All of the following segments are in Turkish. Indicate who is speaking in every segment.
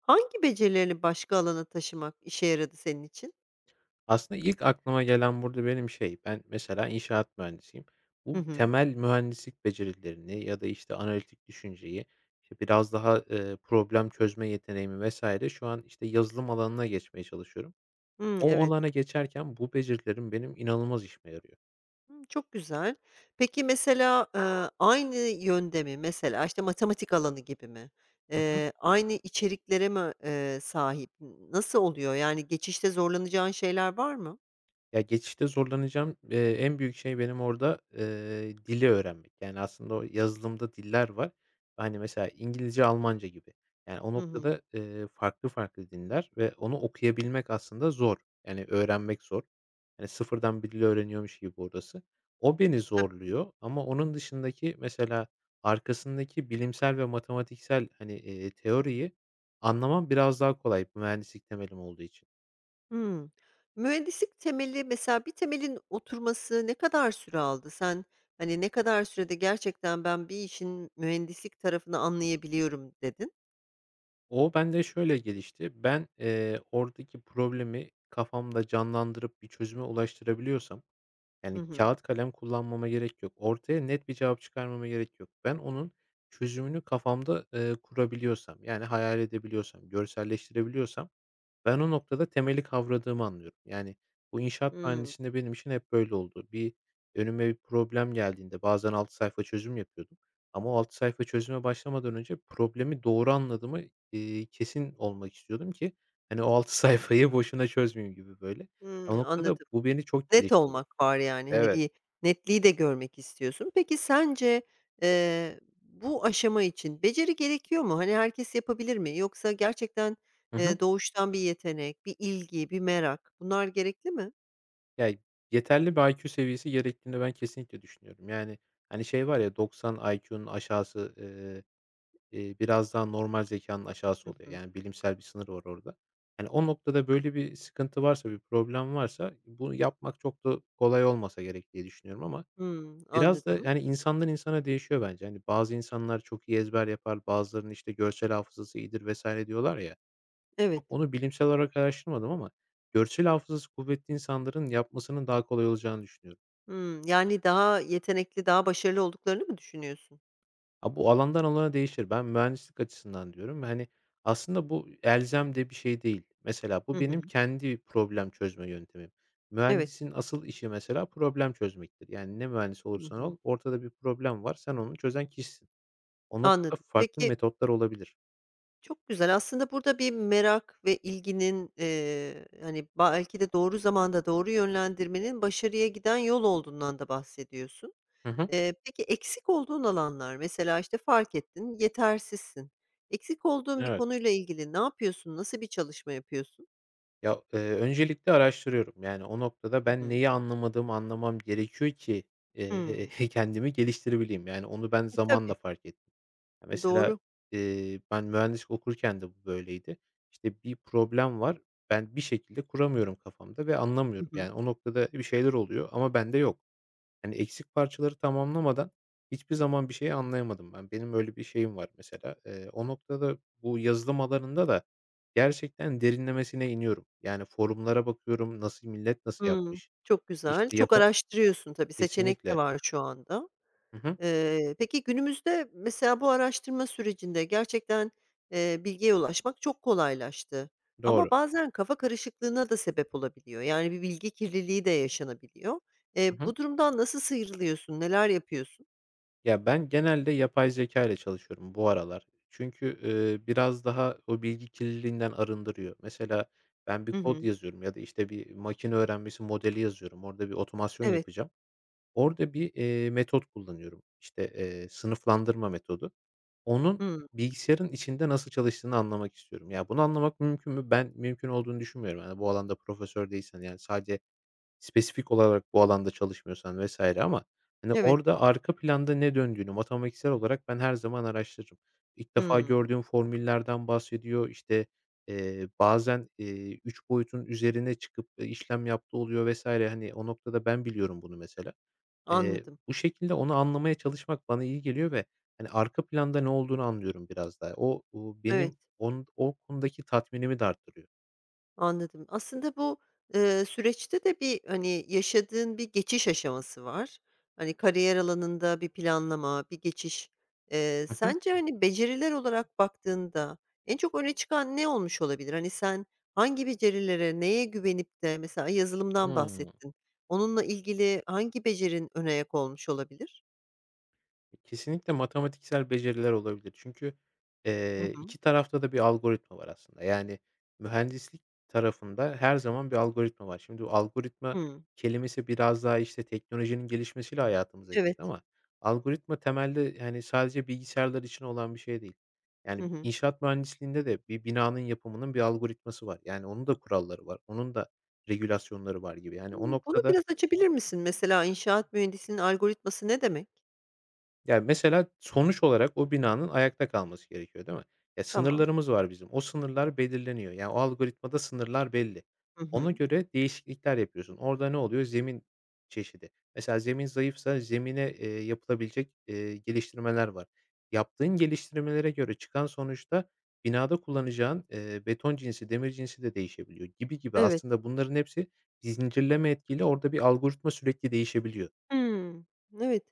Speaker 1: Hangi becerilerini başka alana taşımak işe yaradı senin için?
Speaker 2: Aslında ilk aklıma gelen burada benim şey, ben mesela inşaat mühendisiyim.
Speaker 1: Hı
Speaker 2: Bu
Speaker 1: hı.
Speaker 2: temel mühendislik becerilerini ya da, işte, analitik düşünceyi, işte, biraz daha, problem çözme yeteneğimi vesaire, şu an, işte, yazılım alanına geçmeye çalışıyorum.
Speaker 1: Hımm,
Speaker 2: O
Speaker 1: evet.
Speaker 2: alana geçerken bu becerilerim benim inanılmaz işime yarıyor.
Speaker 1: Hımm, çok güzel. Peki mesela, aynı yönde mi? Mesela, işte, matematik alanı gibi mi?
Speaker 2: Hı hı.
Speaker 1: Aynı içeriklere mi, sahip? Nasıl oluyor? Yani geçişte zorlanacağın şeyler var mı?
Speaker 2: Ya, geçişte zorlanacağım, en büyük şey benim orada, dili öğrenmek. Yani, aslında o yazılımda diller var. Hani, mesela İngilizce, Almanca gibi. Yani, o
Speaker 1: Hı hı.
Speaker 2: noktada, farklı farklı diller ve onu okuyabilmek aslında zor. Yani, öğrenmek zor. Yani sıfırdan bir dili öğreniyormuş gibi orası. O beni
Speaker 1: Tabii.
Speaker 2: zorluyor ama onun dışındaki mesela arkasındaki bilimsel ve matematiksel, hani, teoriyi anlamam biraz daha kolay mühendislik temelim olduğu için.
Speaker 1: Hımm. Mühendislik temeli mesela bir temelin oturması ne kadar süre aldı? Sen, hani, ne kadar sürede gerçekten ben bir işin mühendislik tarafını anlayabiliyorum dedin?
Speaker 2: O bende şöyle gelişti. Ben, oradaki problemi kafamda canlandırıp bir çözüme ulaştırabiliyorsam,
Speaker 1: Hı
Speaker 2: yani,
Speaker 1: hı.
Speaker 2: kağıt kalem kullanmama gerek yok. Ortaya net bir cevap çıkarmama gerek yok. Ben onun çözümünü kafamda, kurabiliyorsam, yani, hayal edebiliyorsam, görselleştirebiliyorsam ben o noktada temeli kavradığımı anlıyorum. Yani, bu inşaat
Speaker 1: Hımm.
Speaker 2: mühendisliğinde benim için hep böyle oldu. Önüme bir problem geldiğinde bazen 6 sayfa çözüm yapıyordum ama o 6 sayfa çözüme başlamadan önce problemi doğru anladığımı, kesin olmak istiyordum ki, hani, o 6 sayfayı boşuna çözmeyeyim gibi böyle.
Speaker 1: Hımm,
Speaker 2: O noktada
Speaker 1: anladım.
Speaker 2: bu beni çok
Speaker 1: Net
Speaker 2: geliştirdi.
Speaker 1: olmak var yani, hani,
Speaker 2: Evet.
Speaker 1: bir netliği de görmek istiyorsun. Peki sence, bu aşama için beceri gerekiyor mu? Hani, herkes yapabilir mi? Yoksa gerçekten,
Speaker 2: Hı hı.
Speaker 1: doğuştan bir yetenek, bir ilgi, bir merak bunlar gerekli mi?
Speaker 2: Ya, yeterli bir IQ seviyesi gerektiğini ben kesinlikle düşünüyorum. Yani, hani, şey var ya 90 IQ'nun aşağısı, biraz daha normal zekanın
Speaker 1: Hı
Speaker 2: aşağısı oluyor.
Speaker 1: hı.
Speaker 2: Yani bilimsel bir sınır var orada. Hani, o noktada böyle bir sıkıntı varsa, bir problem varsa bunu yapmak çok da kolay olmasa gerek diye düşünüyorum ama
Speaker 1: Hımm,
Speaker 2: biraz da,
Speaker 1: anladım.
Speaker 2: yani, insandan insana değişiyor bence. Hani, bazı insanlar çok iyi ezber yapar, bazılarının, işte, görsel hafızası iyidir vesaire diyorlar ya.
Speaker 1: Evet.
Speaker 2: Çok onu bilimsel olarak araştırmadım ama görsel hafızası kuvvetli insanların yapmasının daha kolay olacağını düşünüyorum.
Speaker 1: Yani, daha yetenekli, daha başarılı olduklarını mı düşünüyorsun?
Speaker 2: A, bu alandan alana değişir. Ben mühendislik açısından diyorum. Hani, aslında bu elzem de bir şey değil. Mesela
Speaker 1: Hı
Speaker 2: bu
Speaker 1: hı.
Speaker 2: benim kendi problem çözme yöntemim.
Speaker 1: Evet.
Speaker 2: Mühendisin asıl işi mesela problem çözmektir. Yani ne mühendis
Speaker 1: Hı
Speaker 2: olursan
Speaker 1: hı.
Speaker 2: ol, ortada bir problem var. Sen onu çözen kişisin. O noktada
Speaker 1: Anladım.
Speaker 2: farklı
Speaker 1: Peki.
Speaker 2: metotlar olabilir.
Speaker 1: Çok güzel. Aslında burada bir merak ve ilginin, hani, belki de doğru zamanda doğru yönlendirmenin başarıya giden yol olduğundan da bahsediyorsun.
Speaker 2: Hı hı.
Speaker 1: Peki eksik olduğun alanlar, mesela, işte, fark ettin, yetersizsin. Eksik olduğun bir
Speaker 2: Evet.
Speaker 1: konuyla ilgili ne yapıyorsun? Nasıl bir çalışma yapıyorsun?
Speaker 2: Ya, öncelikle araştırıyorum. Yani, o noktada
Speaker 1: Hı
Speaker 2: ben
Speaker 1: hı.
Speaker 2: neyi anlamadığımı anlamam gerekiyor ki, eee,
Speaker 1: Hımm.
Speaker 2: kendimi geliştirebileyim. Yani, onu ben
Speaker 1: Tabii.
Speaker 2: zamanla fark ettim. Ya, mesela,
Speaker 1: Doğru.
Speaker 2: ben mühendislik okurken de bu böyleydi. İşte, bir problem var. Ben bir şekilde kuramıyorum kafamda ve
Speaker 1: Hı
Speaker 2: anlamıyorum.
Speaker 1: hı.
Speaker 2: Yani, o noktada bir şeyler oluyor ama bende yok. Hani, eksik parçaları tamamlamadan hiçbir zaman bir şeyi anlayamadım ben. Benim öyle bir şeyim var mesela. O noktada bu yazılım alanında da gerçekten derinlemesine iniyorum. Yani, forumlara bakıyorum, millet nasıl
Speaker 1: Hımm.
Speaker 2: yapmış?
Speaker 1: Çok güzel.
Speaker 2: İşte,
Speaker 1: Çok araştırıyorsun tabii. Seçenek de
Speaker 2: Kesinlikle.
Speaker 1: var şu anda.
Speaker 2: Hı hı.
Speaker 1: Peki günümüzde mesela bu araştırma sürecinde gerçekten, bilgiye ulaşmak çok kolaylaştı ama
Speaker 2: Doğru.
Speaker 1: bazen kafa karışıklığına da sebep olabiliyor. Yani bir bilgi kirliliği de yaşanabiliyor.
Speaker 2: Hı
Speaker 1: Eee,
Speaker 2: hı.
Speaker 1: bu durumdan nasıl sıyrılıyorsun? Neler yapıyorsun?
Speaker 2: Ya, ben genelde yapay zekâ ile çalışıyorum bu aralar. Çünkü, biraz daha o bilgi kirliliğinden arındırıyor. Mesela ben bir
Speaker 1: Hı
Speaker 2: kod
Speaker 1: hı.
Speaker 2: yazıyorum ya da, işte, bir makine öğrenmesi modeli yazıyorum. Orada bir otomasyon
Speaker 1: Evet.
Speaker 2: yapacağım. Orada bir, metot kullanıyorum. İşte, sınıflandırma metodu. Onun
Speaker 1: Hımm.
Speaker 2: bilgisayarın içinde nasıl çalıştığını anlamak istiyorum. Ya, bunu anlamak mümkün mü? Ben mümkün olduğunu düşünmüyorum. Hani, bu alanda profesör değilsen, yani, sadece spesifik olarak bu alanda çalışmıyorsan vs. ama, hani,
Speaker 1: Evet.
Speaker 2: orada arka planda ne döndüğünü matematiksel olarak ben her zaman araştırırım. İlk defa
Speaker 1: Hımm.
Speaker 2: gördüğüm formüllerden bahsediyor. İşte, bazen, 3 boyutun üzerine çıkıp, işlem yaptığı oluyor vs. Hani, o noktada ben biliyorum bunu mesela. Eee,
Speaker 1: Anladım.
Speaker 2: bu şekilde onu anlamaya çalışmak bana iyi geliyor ve, hani, arka planda ne olduğunu anlıyorum biraz daha. O,
Speaker 1: Evet.
Speaker 2: benim o konudaki tatminimi de arttırıyor.
Speaker 1: Anladım. Aslında bu, süreçte de bir, hani, yaşadığın bir geçiş aşaması var. Hani, kariyer alanında bir planlama, bir geçiş. Eee,
Speaker 2: Hı hı.
Speaker 1: sence, hani, beceriler olarak baktığında en çok öne çıkan ne olmuş olabilir? Hani, sen hangi becerilere, neye güvenip de mesela yazılımdan
Speaker 2: Hıı.
Speaker 1: bahsettin. Onunla ilgili hangi becerin öne ayak olmuş olabilir?
Speaker 2: Kesinlikle matematiksel beceriler olabilir. Çünkü,
Speaker 1: Hı hı.
Speaker 2: 2 tarafta da bir algoritma var aslında. Yani mühendislik tarafında her zaman bir algoritma var. Şimdi bu algoritma
Speaker 1: Hıı.
Speaker 2: kelimesi biraz daha, işte, teknolojinin gelişmesiyle hayatımıza girdi
Speaker 1: Evet.
Speaker 2: ama algoritma temelde, yani, sadece bilgisayarlar için olan bir şey değil.
Speaker 1: Hı
Speaker 2: Yani
Speaker 1: hı.
Speaker 2: inşaat mühendisliğinde de bir binanın yapımının bir algoritması var. Yani onun da kuralları var, onun da regülasyonları var gibi. Yani o
Speaker 1: Bunu
Speaker 2: noktada.
Speaker 1: biraz açabilir misin? Mesela inşaat mühendisinin algoritması ne demek?
Speaker 2: Ya, mesela sonuç olarak o binanın ayakta kalması gerekiyor, değil mi? Ya,
Speaker 1: Tamam.
Speaker 2: sınırlarımız var bizim. O sınırlar belirleniyor. Yani, o algoritmada sınırlar belli.
Speaker 1: Hı
Speaker 2: Ona
Speaker 1: hı.
Speaker 2: göre değişiklikler yapıyorsun. Orada ne oluyor? Zemin çeşidi. Mesela zemin zayıfsa zemine, yapılabilecek, geliştirmeler var. Yaptığın geliştirmelere göre çıkan sonuçta binada kullanacağın, beton cinsi, demir cinsi de değişebiliyor gibi gibi.
Speaker 1: Evet.
Speaker 2: Aslında bunların hepsi zincirleme etkiyle orada bir algoritma sürekli değişebiliyor.
Speaker 1: Hımm. Evet.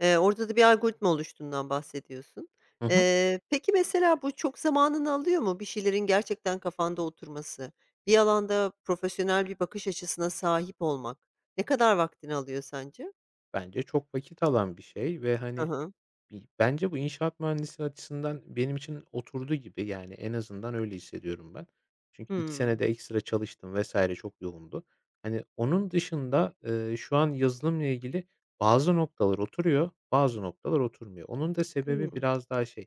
Speaker 1: Orada da bir algoritma oluştuğundan bahsediyorsun.
Speaker 2: Hı hı.
Speaker 1: Peki, mesela bu çok zamanını alıyor mu bir şeylerin gerçekten kafanda oturması? Bir alanda profesyonel bir bakış açısına sahip olmak ne kadar vaktini alıyor sence?
Speaker 2: Bence çok vakit alan bir şey ve,
Speaker 1: Hı
Speaker 2: hani,
Speaker 1: hı.
Speaker 2: bence bu inşaat mühendisi açısından benim için oturdu gibi, yani, en azından öyle hissediyorum ben. Çünkü 2 sene
Speaker 1: Hımm.
Speaker 2: de ekstra çalıştım vesaire çok yoğundu. Hani, onun dışında, şu an yazılımla ilgili bazı noktalar oturuyor, bazı noktalar oturmuyor. Onun da sebebi
Speaker 1: Hımm.
Speaker 2: biraz daha şey,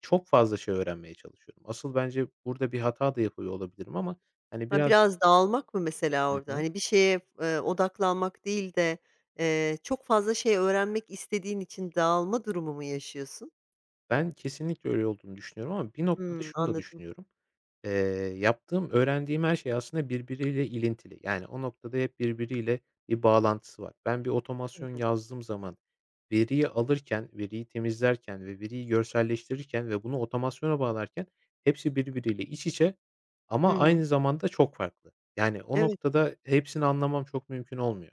Speaker 2: çok fazla şey öğrenmeye çalışıyorum. Asıl bence burada bir hata da yapıyor olabilirim ama, hani,
Speaker 1: Ha,
Speaker 2: biraz.
Speaker 1: biraz dağılmak mı mesela
Speaker 2: Hı
Speaker 1: orada?
Speaker 2: hı.
Speaker 1: Hani, bir şeye, odaklanmak değil de, çok fazla şey öğrenmek istediğin için dağılma durumu mu yaşıyorsun?
Speaker 2: Ben kesinlikle öyle olduğunu düşünüyorum ama bir noktada
Speaker 1: Hımm,
Speaker 2: şunu da
Speaker 1: anladım.
Speaker 2: düşünüyorum. Eee, yaptığım, öğrendiğim her şey aslında birbiriyle ilintili. Yani, o noktada hep birbiriyle bir bağlantısı var. Ben bir
Speaker 1: Hı
Speaker 2: otomasyon
Speaker 1: hı.
Speaker 2: yazdığım zaman veriyi alırken, veriyi temizlerken ve veriyi görselleştirirken ve bunu otomasyona bağlarken hepsi birbiriyle iç içe
Speaker 1: Hı
Speaker 2: ama
Speaker 1: hı.
Speaker 2: aynı zamanda çok farklı. Yani, o
Speaker 1: Evet.
Speaker 2: noktada hepsini anlamam çok mümkün olmuyor.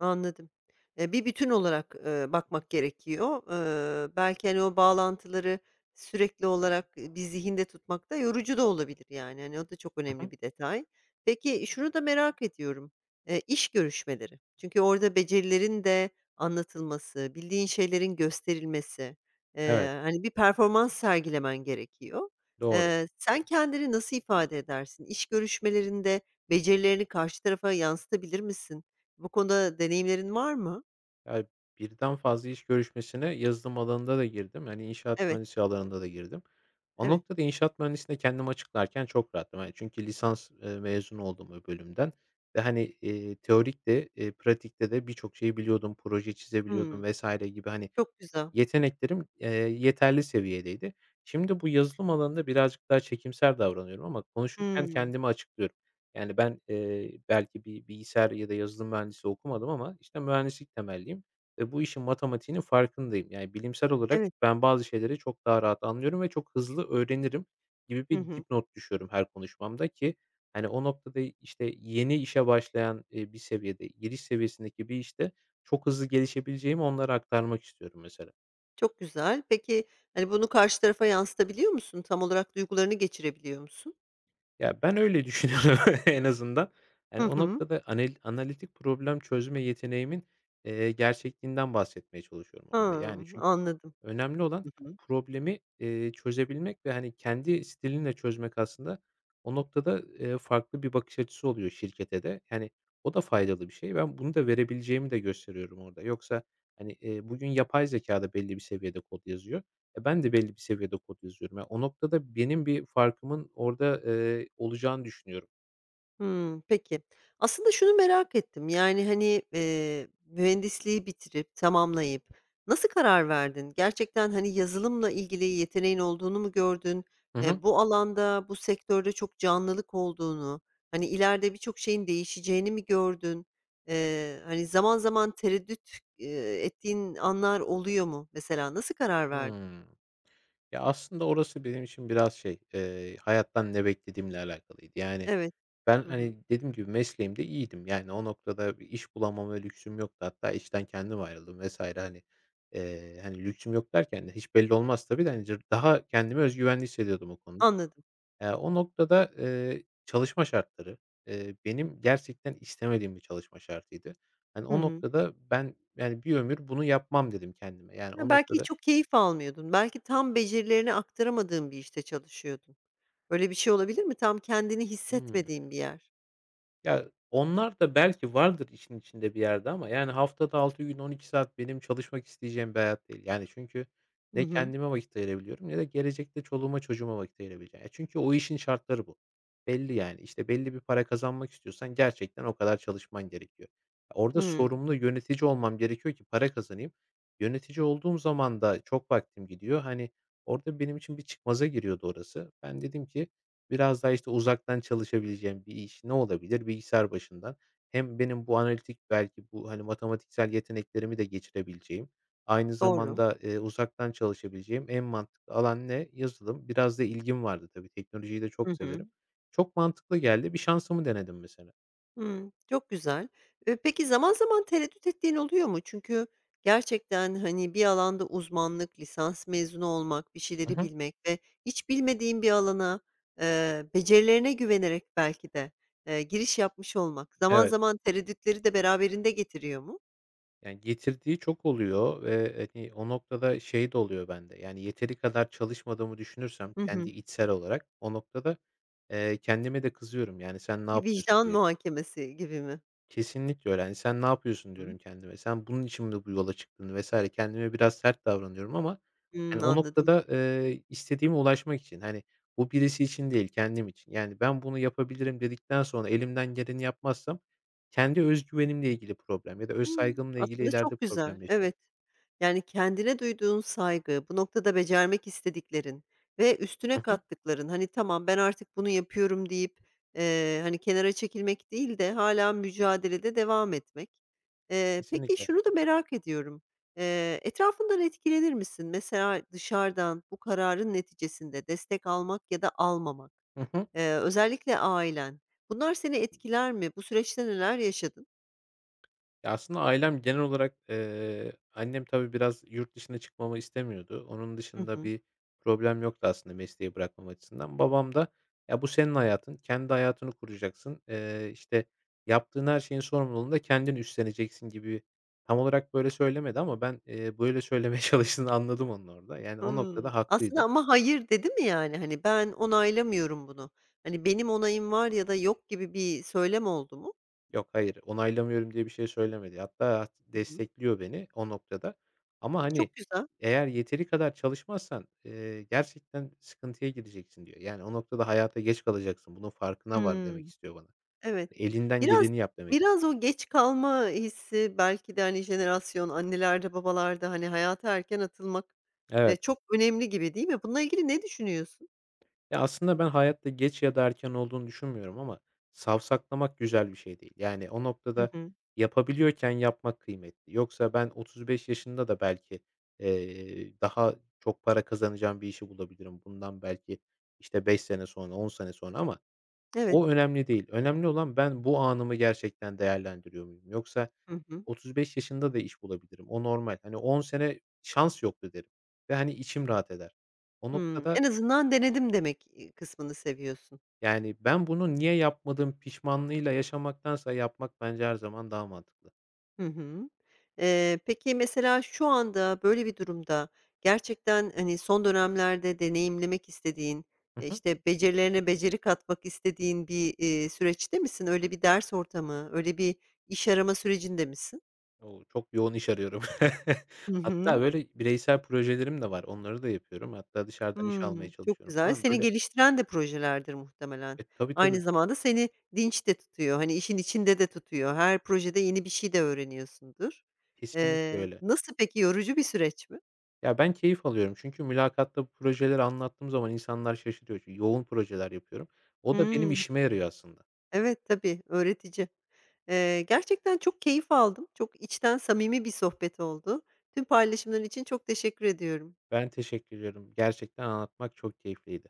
Speaker 1: Anladım. Bir bütün olarak, bakmak gerekiyor. Belki, hani, o bağlantıları sürekli olarak, bir zihinde tutmak da yorucu da olabilir, yani. Hani, o da çok
Speaker 2: Hı
Speaker 1: önemli
Speaker 2: hı.
Speaker 1: bir detay. Peki, şunu da merak ediyorum, iş görüşmeleri. Çünkü orada becerilerin de anlatılması, bildiğin şeylerin gösterilmesi,
Speaker 2: Evet,
Speaker 1: hani, bir performans sergilemen gerekiyor.
Speaker 2: doğru.
Speaker 1: Sen kendini nasıl ifade edersin? İş görüşmelerinde becerilerini karşı tarafa yansıtabilir misin? Bu konuda deneyimlerin var mı?
Speaker 2: Ya, birden fazla iş görüşmesine yazılım alanında da girdim. Hani, inşaat
Speaker 1: Evet,
Speaker 2: mühendisliği alanında da girdim. O
Speaker 1: evet.
Speaker 2: noktada inşaat mühendisliğine kendimi açıklarken çok rahattım. Hani, çünkü lisans, mezunu oldum o bölümden ve, hani, teorik de, pratikte de birçok şeyi biliyordum. Proje çizebiliyordum
Speaker 1: Hımm.
Speaker 2: vesaire gibi, hani.
Speaker 1: Çok güzel.
Speaker 2: Yeteneklerim, yeterli seviyedeydi. Şimdi bu yazılım alanında birazcık daha çekimser davranıyorum ama konuşurken
Speaker 1: Hımm.
Speaker 2: kendimi açıklıyorum. Yani ben, belki bir bilgisayar ya da yazılım mühendisi okumadım ama, işte, mühendislik temelliyim ve bu işin matematiğinin farkındayım. Yani bilimsel olarak
Speaker 1: Evet.
Speaker 2: ben bazı şeyleri çok daha rahat anlıyorum ve çok hızlı öğrenirim gibi
Speaker 1: Hı
Speaker 2: bir
Speaker 1: hı.
Speaker 2: dipnot düşüyorum her konuşmamda ki, hani, o noktada, işte, yeni işe başlayan, bir seviyede, giriş seviyesindeki bir işte çok hızlı gelişebileceğimi onlara aktarmak istiyorum mesela.
Speaker 1: Çok güzel. Peki, hani, bunu karşı tarafa yansıtabiliyor musun? Tam olarak duygularını geçirebiliyor musun?
Speaker 2: Ya, ben öyle düşünüyorum en azından.
Speaker 1: Hı
Speaker 2: Yani, o
Speaker 1: hı.
Speaker 2: noktada analitik problem çözme yeteneğimin, gerçekliğinden bahsetmeye çalışıyorum
Speaker 1: Ha,
Speaker 2: orada. Yani, çünkü
Speaker 1: anladım.
Speaker 2: önemli olan
Speaker 1: Hı hı.
Speaker 2: problemi, çözebilmek ve, hani, kendi stilinle çözmek aslında. O noktada, farklı bir bakış açısı oluyor şirkete de. Yani, o da faydalı bir şey. Ben bunu da verebileceğimi de gösteriyorum orada. Yoksa, hani, bugün yapay zekâ da belli bir seviyede kod yazıyor. Ben de belli bir seviyede kod yazıyorum. Ya, o noktada benim bir farkımın orada, olacağını düşünüyorum.
Speaker 1: Hımm, peki. Aslında şunu merak ettim, yani, hani, mühendisliği bitirip, tamamlayıp nasıl karar verdin? Gerçekten, hani, yazılımla ilgili yeteneğin olduğunu mu gördün?
Speaker 2: Hı hı.
Speaker 1: Bu alanda, bu sektörde çok canlılık olduğunu, hani, ileride birçok şeyin değişeceğini mi gördün? Hani, zaman zaman tereddüt, ettiğin anlar oluyor mu mesela? Nasıl karar verdin?
Speaker 2: Hımm. Ya, aslında orası benim için biraz şey, hayattan ne beklediğimle alakalıydı. Yani,
Speaker 1: Evet.
Speaker 2: ben,
Speaker 1: Hı hı.
Speaker 2: hani, dediğim gibi mesleğimde iyiydim. Yani, o noktada bir iş bulamama lüksüm yoktu. Hatta işten kendim ayrıldım vs. hani. Hani, lüksüm yok derken de hiç belli olmaz tabii de, hani, daha kendimi öz güvenli hissediyordum o konuda.
Speaker 1: Anladım.
Speaker 2: O noktada, çalışma şartları, benim gerçekten istemediğim bir çalışma şartıydı. Hani,
Speaker 1: Hı
Speaker 2: o
Speaker 1: hı.
Speaker 2: noktada ben, yani, "Bir ömür bunu yapmam." dedim kendime. Yani,
Speaker 1: Ya,
Speaker 2: o
Speaker 1: belki
Speaker 2: noktada.
Speaker 1: çok keyif almıyordun. Belki tam becerilerini aktaramadığın bir işte çalışıyordun. Öyle bir şey olabilir mi? Tam kendini
Speaker 2: Hıı.
Speaker 1: hissetmediğin bir yer.
Speaker 2: Ya, onlar da belki vardır işin içinde bir yerde ama, yani, haftada 6 gün 12 saat benim çalışmak isteyeceğim bir hayat değil. Yani, çünkü
Speaker 1: Hı
Speaker 2: ne
Speaker 1: hı.
Speaker 2: kendime vakit ayırabiliyorum ne de gelecekte çoluğuma çocuğuma vakit ayırabileceğim. Ya, çünkü o işin şartları bu. Belli, yani. İşte, belli bir para kazanmak istiyorsan gerçekten o kadar çalışman gerekiyor. Ya, orada
Speaker 1: Hımm.
Speaker 2: sorumlu yönetici olmam gerekiyor ki para kazanayım. Yönetici olduğum zaman da çok vaktim gidiyor. Hani, orada benim için bir çıkmaza giriyordu orası. Ben dedim ki, Biraz daha, işte, uzaktan çalışabileceğim bir iş ne olabilir? Bilgisayar başından. Hem benim bu analitik belki bu, hani, matematiksel yeteneklerimi de geçirebileceğim, aynı
Speaker 1: Doğru.
Speaker 2: zamanda, uzaktan çalışabileceğim en mantıklı alan ne? Yazılım. Biraz da ilgim vardı tabii. Teknolojiyi de
Speaker 1: Hı
Speaker 2: çok
Speaker 1: hı.
Speaker 2: severim. Çok mantıklı geldi. Bir şansımı denedim mesela.
Speaker 1: Hımm. Çok güzel. Peki zaman zaman tereddüt ettiğin oluyor mu? Çünkü gerçekten, hani, bir alanda uzmanlık, lisans mezunu olmak, bir
Speaker 2: Hı
Speaker 1: şeyleri
Speaker 2: hı.
Speaker 1: bilmek ve hiç bilmediğin bir alana, becerilerine güvenerek belki de, giriş yapmış olmak zaman
Speaker 2: Evet.
Speaker 1: zaman tereddütleri de beraberinde getiriyor mu?
Speaker 2: Yani, getirdiği çok oluyor ve, hani, o noktada şey de oluyor bende, yani, yeteri kadar çalışmadığımı düşünürsem
Speaker 1: Hı
Speaker 2: kendi
Speaker 1: hı.
Speaker 2: içsel olarak o noktada, kendime de kızıyorum, yani, "Sen ne
Speaker 1: Bir
Speaker 2: yapıyorsun?"
Speaker 1: vicdan
Speaker 2: diye.
Speaker 1: muhakemesi gibi mi?
Speaker 2: Kesinlikle öyle. Hani, "Sen ne yapıyorsun?"
Speaker 1: Hı.
Speaker 2: diyorum kendime. "Sen bunun için mi bu yola çıktın?" vs. Kendime biraz sert davranıyorum ama,
Speaker 1: Hımm,
Speaker 2: hani, o
Speaker 1: anladım.
Speaker 2: noktada, istediğime ulaşmak için, hani, bu birisi için değil, kendim için. Yani, ben bunu yapabilirim dedikten sonra elimden geleni yapmazsam kendi özgüvenimle ilgili problem ya da öz
Speaker 1: Hımm,
Speaker 2: saygımla ilgili
Speaker 1: aslında
Speaker 2: ileride
Speaker 1: çok güzel.
Speaker 2: problem yaşarım.
Speaker 1: Evet. Yani, kendine duyduğun saygı, bu noktada becermek istediklerin ve üstüne
Speaker 2: Hı hı.
Speaker 1: kattıkların, hani, "Tamam, ben artık bunu yapıyorum." deyip, hani, kenara çekilmek değil de hâlâ mücadelede devam etmek. Peki
Speaker 2: Kesinlikle.
Speaker 1: şunu da merak ediyorum. Etrafından etkilenir misin? Mesela dışarıdan bu kararın neticesinde destek almak ya da almamak.
Speaker 2: Hı hı.
Speaker 1: Özellikle ailen. Bunlar seni etkiler mi? Bu süreçte neler yaşadın?
Speaker 2: Ya, aslında ailem genel olarak, annem tabii biraz yurt dışına çıkmamı istemiyordu. Onun
Speaker 1: Hı
Speaker 2: dışında
Speaker 1: hı.
Speaker 2: bir problem yoktu aslında mesleği bırakmam açısından. Babam da, "Ya, bu senin hayatın, kendi hayatını kuracaksın. İşte, yaptığın her şeyin sorumluluğunu da kendin üstleneceksin." gibi tam olarak böyle söylemedi ama ben, böyle söylemeye çalıştığını anladım onun orada. Yani, o
Speaker 1: Hımm.
Speaker 2: noktada
Speaker 1: Aslında
Speaker 2: haklıydı.
Speaker 1: ama hayır dedi mi yani? Hani, ben onaylamıyorum bunu. Hani, benim onayım var ya da yok gibi bir söylem oldu mu?
Speaker 2: Yok, hayır, onaylamıyorum diye bir şey söylemedi. Hatta
Speaker 1: Hı hı.
Speaker 2: destekliyor beni o noktada ama, hani,
Speaker 1: Çok güzel.
Speaker 2: eğer yeteri kadar çalışmazsan, gerçekten sıkıntıya gireceksin diyor. Yani, o noktada hayata geç kalacaksın. Bunun farkına var demek
Speaker 1: Hımm.
Speaker 2: istiyor bana.
Speaker 1: Evet.
Speaker 2: Hani, elinden
Speaker 1: Biraz
Speaker 2: geleni yap demek.
Speaker 1: biraz o geç kalma hissi belki de, hani, jenerasyon, annelerde, babalarda, hani, hayata erken atılmak,
Speaker 2: Evet.
Speaker 1: çok önemli gibi değil mi? Bununla ilgili ne düşünüyorsun?
Speaker 2: Ya, aslında ben hayatta geç ya da erken olduğunu düşünmüyorum ama savsaklamak güzel bir şey değil. Yani o
Speaker 1: Hı
Speaker 2: noktada
Speaker 1: hı.
Speaker 2: yapabiliyorken yapmak kıymetli. Yoksa ben 35 yaşında da belki, daha çok para kazanacağım bir işi bulabilirim. Bundan belki, işte, 5 sene sonra, 10 sene sonra ama
Speaker 1: Evet.
Speaker 2: o önemli değil. Önemli olan ben bu anımı gerçekten değerlendiriyor muyum? Yoksa
Speaker 1: Hı hı.
Speaker 2: 35 yaşında da iş bulabilirim. O normal. Hani, 10 sene şans yoktu derim ve, hani, içim rahat eder. O
Speaker 1: Hımm.
Speaker 2: noktada.
Speaker 1: En azından denedim demek, kısmını seviyorsun.
Speaker 2: Yani, ben bunu niye yapmadım pişmanlığıyla yaşamaktansa yapmak bence her zaman daha mantıklı.
Speaker 1: Hı hı. Peki mesela şu anda böyle bir durumda gerçekten, hani, son dönemlerde deneyimlemek istediğin,
Speaker 2: Hı hı.
Speaker 1: işte, becerilerine beceri katmak istediğin bir, süreçte misin? Öyle bir ders ortamı, öyle bir iş arama sürecinde misin?
Speaker 2: O, çok yoğun iş arıyorum.
Speaker 1: Hı
Speaker 2: Hatta,
Speaker 1: hı.
Speaker 2: böyle, bireysel projelerim de var. Onları da yapıyorum. Hatta dışarıdan iş almaya
Speaker 1: Hımm, çok
Speaker 2: çalışıyorum
Speaker 1: güzel.
Speaker 2: falan.
Speaker 1: Seni
Speaker 2: Böyle.
Speaker 1: geliştiren de projelerdir muhtemelen.
Speaker 2: E, tabii,
Speaker 1: Aynı
Speaker 2: tabii.
Speaker 1: zamanda seni dinç de tutuyor. Hani, işin içinde de tutuyor. Her projede yeni bir şey de öğreniyorsundur.
Speaker 2: Kesinlikle
Speaker 1: Eee,
Speaker 2: öyle.
Speaker 1: nasıl peki, yorucu bir süreç mi?
Speaker 2: Ya, ben keyif alıyorum çünkü mülakatta bu projeleri anlattığım zaman insanlar şaşırıyor. Çünkü yoğun projeler yapıyorum. O da benim
Speaker 1: Hımm.
Speaker 2: işime yarıyor aslında.
Speaker 1: Evet, tabii, öğretici. Gerçekten çok keyif aldım. Çok içten samimi bir sohbet oldu. Tüm paylaşımların için çok teşekkür ediyorum.
Speaker 2: Ben teşekkür ediyorum. Gerçekten anlatmak çok keyifliydi.